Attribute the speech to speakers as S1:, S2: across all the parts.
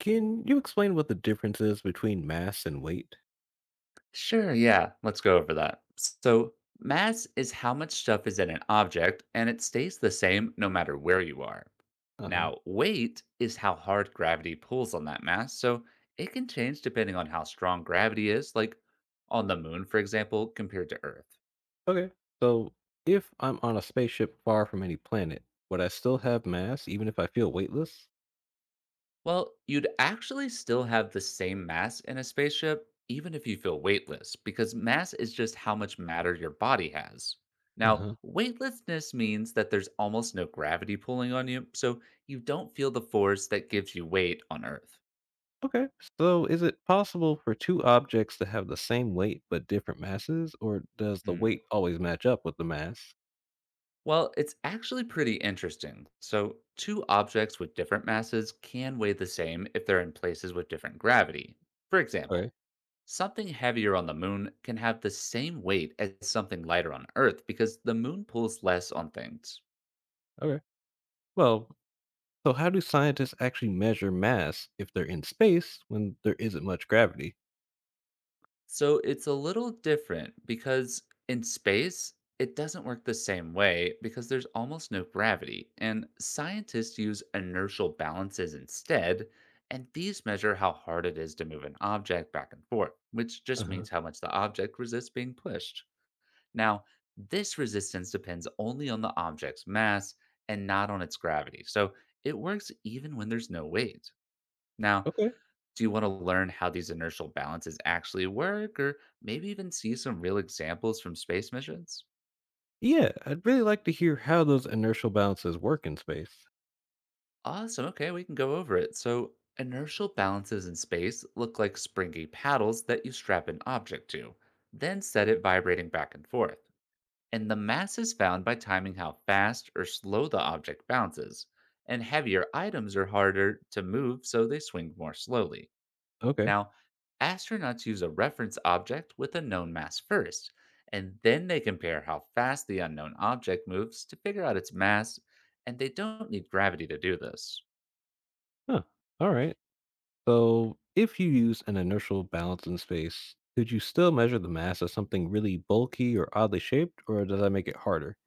S1: Can you explain what the difference is between mass and weight?
S2: Sure, yeah, let's go over that. So, mass is how much stuff is in an object and it stays the same no matter where you are.
S1: Uh huh.
S2: Now, weight is how hard gravity pulls on that mass, so it can change depending on how strong gravity is, like on the moon, for example, compared to Earth.
S1: Okay. So, if I'm on a spaceship far from any planet, would I still have mass even if I feel weightless?
S2: Well, you'd actually still have the same mass in a spaceship, even if you feel weightless, because mass is just how much matter your body has.
S1: Uh
S2: Now,
S1: huh.
S2: weightlessness means that there's almost no gravity pulling on you, so you don't feel the force that gives you weight on Earth.
S1: Okay. So, is it possible for two objects to have the same weight but different masses, or does the
S2: Hmm.
S1: weight always match up with the mass?
S2: Well, it's actually pretty interesting. So, two objects with different masses can weigh the same if they're in places with different gravity. For
S1: Okay.
S2: example, something heavier on the moon can have the same weight as something lighter on Earth because the moon pulls less on things.
S1: Okay. Well, so how do scientists actually measure mass if they're in space when there isn't much gravity?
S2: So it's a little different because in space, it doesn't work the same way because there's almost no gravity, and scientists use inertial balances instead, and these measure how hard it is to move an object back and forth, which
S1: Uh
S2: just
S1: huh.
S2: means how much the object resists being pushed. Now, this resistance depends only on the object's mass and not on its gravity, so it works even when there's no weight. Now,
S1: Okay.
S2: do you want to learn how these inertial balances actually work, or maybe even see some real examples from space missions?
S1: Yeah, I'd really like to hear how those inertial balances work in space.
S2: Awesome. Okay, we can go over it. So, inertial balances in space look like springy paddles that you strap an object to, then set it vibrating back and forth. And the mass is found by timing how fast or slow the object bounces. And heavier items are harder to move, so they swing more slowly.
S1: Okay.
S2: Now, astronauts use a reference object with a known mass first, and then they compare how fast the unknown object moves to figure out its mass, and they don't need gravity to do this.
S1: Huh. All right. So, if you use an inertial balance in space, could you still measure the mass of something really bulky or oddly shaped, or does that make it harder?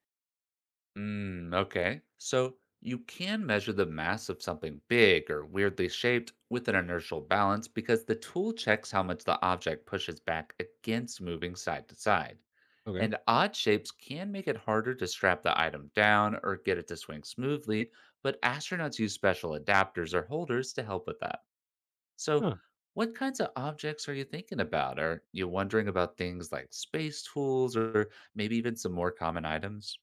S2: Mm, okay. So you can measure the mass of something big or weirdly shaped with an inertial balance because the tool checks how much the object pushes back against moving side to side.
S1: Okay.
S2: And odd shapes can make it harder to strap the item down or get it to swing smoothly, but astronauts use special adapters or holders to help with that. So,
S1: Huh.
S2: what kinds of objects are you thinking about? Are you wondering about things like space tools or maybe even some more common items?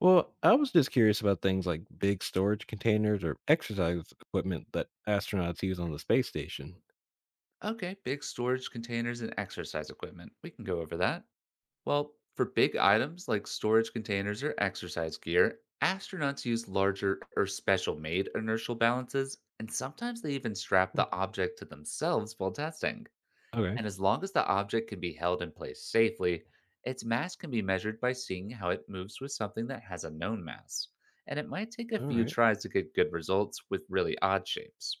S1: Well, I was just curious about things like big storage containers or exercise equipment that astronauts use on the space station.
S2: Okay, big storage containers and exercise equipment. We can go over that. Well, for big items like storage containers or exercise gear, astronauts use larger or special made inertial balances, and sometimes they even strap
S1: Hmm.
S2: the object to themselves while testing.
S1: Okay.
S2: And as long as the object can be held in place safely, its mass can be measured by seeing how it moves with something that has a known mass. And it might take a
S1: All
S2: few
S1: right.
S2: tries to get good results with really odd shapes.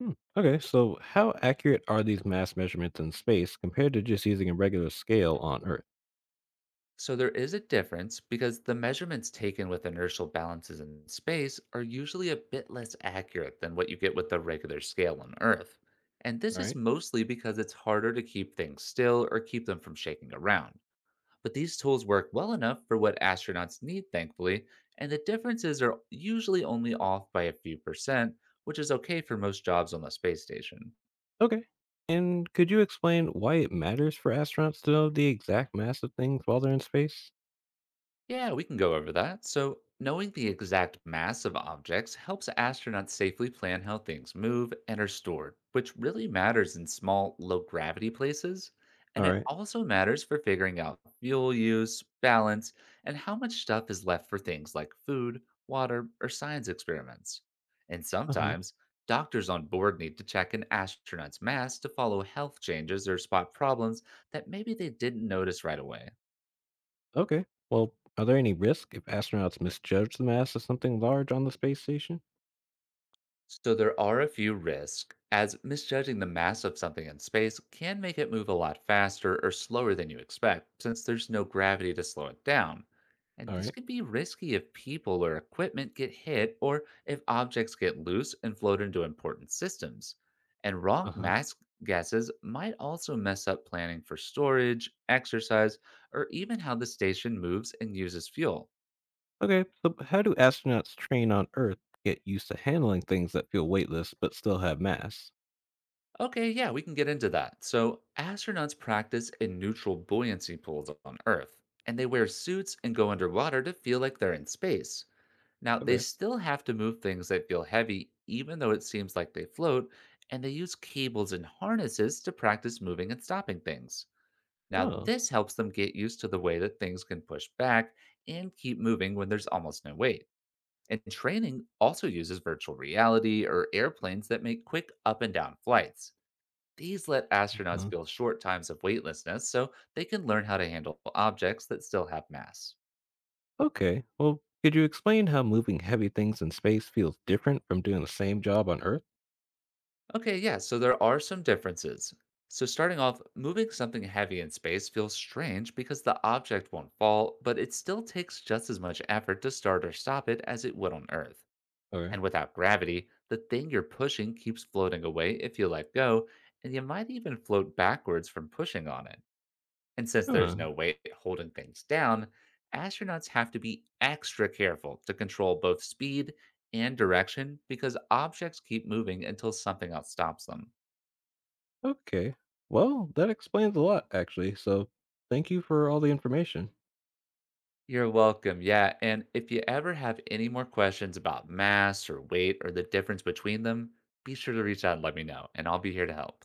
S1: Hmm. Okay. So, how accurate are these mass measurements in space compared to just using a regular scale on Earth?
S2: So there is a difference because the measurements taken with inertial balances in space are usually a bit less accurate than what you get with the regular scale on Earth. And
S1: All
S2: this is
S1: right.
S2: mostly because it's harder to keep things still or keep them from shaking around. But these tools work well enough for what astronauts need, thankfully, and the differences are usually only off by a few percent, which is okay for most jobs on the space station.
S1: Okay. And could you explain why it matters for astronauts to know the exact mass of things while they're in space?
S2: Yeah, we can go over that. So, knowing the exact mass of objects helps astronauts safely plan how things move and are stored, which really matters in small, low gravity places.
S1: All
S2: And it
S1: right.
S2: also matters for figuring out fuel use, balance, and how much stuff is left for things like food, water, or science experiments. And
S1: Uh huh.
S2: sometimes, doctors on board need to check an astronaut's mass to follow health changes or spot problems that maybe they didn't notice right away.
S1: Okay. Well, are there any risks if astronauts misjudge the mass of something large on the space station?
S2: So there are a few risks, as misjudging the mass of something in space can make it move a lot faster or slower than you expect, since there's no gravity to slow it down. And
S1: All
S2: this
S1: right.
S2: can be risky if people or equipment get hit or if objects get loose and float into important systems. And
S1: Uh
S2: wrong
S1: huh.
S2: mass guesses might also mess up planning for storage, exercise, or even how the station moves and uses fuel.
S1: Okay. So, how do astronauts train on Earth to get used to handling things that feel weightless but still have mass?
S2: Okay, yeah, we can get into that. So, astronauts practice in neutral buoyancy pools on Earth, and they wear suits and go underwater to feel like they're in space. Now, they
S1: Okay.
S2: still have to move things that feel heavy, even though it seems like they float, and they use cables and harnesses to practice moving and stopping things. Now,
S1: Oh.
S2: this helps them get used to the way that things can push back and keep moving when there's almost no weight. And training also uses virtual reality or airplanes that make quick up and down flights. These let astronauts
S1: Mhm.
S2: feel short times of weightlessness so they can learn how to handle objects that still have mass.
S1: Okay. Well, could you explain how moving heavy things in space feels different from doing the same job on Earth?
S2: Okay, yeah, so there are some differences. So, starting off, moving something heavy in space feels strange because the object won't fall, but it still takes just as much effort to start or stop it as it would on Earth.
S1: Okay.
S2: And without gravity, the thing you're pushing keeps floating away if you let go, and you might even float backwards from pushing on it. And since there's no
S1: Huh.
S2: weight holding things down, astronauts have to be extra careful to control both speed and direction because objects keep moving until something else stops them.
S1: Okay. Well, that explains a lot, actually. So thank you for all the information.
S2: You're welcome. Yeah. And if you ever have any more questions about mass or weight or the difference between them, be sure to reach out and let me know, and I'll be here to help.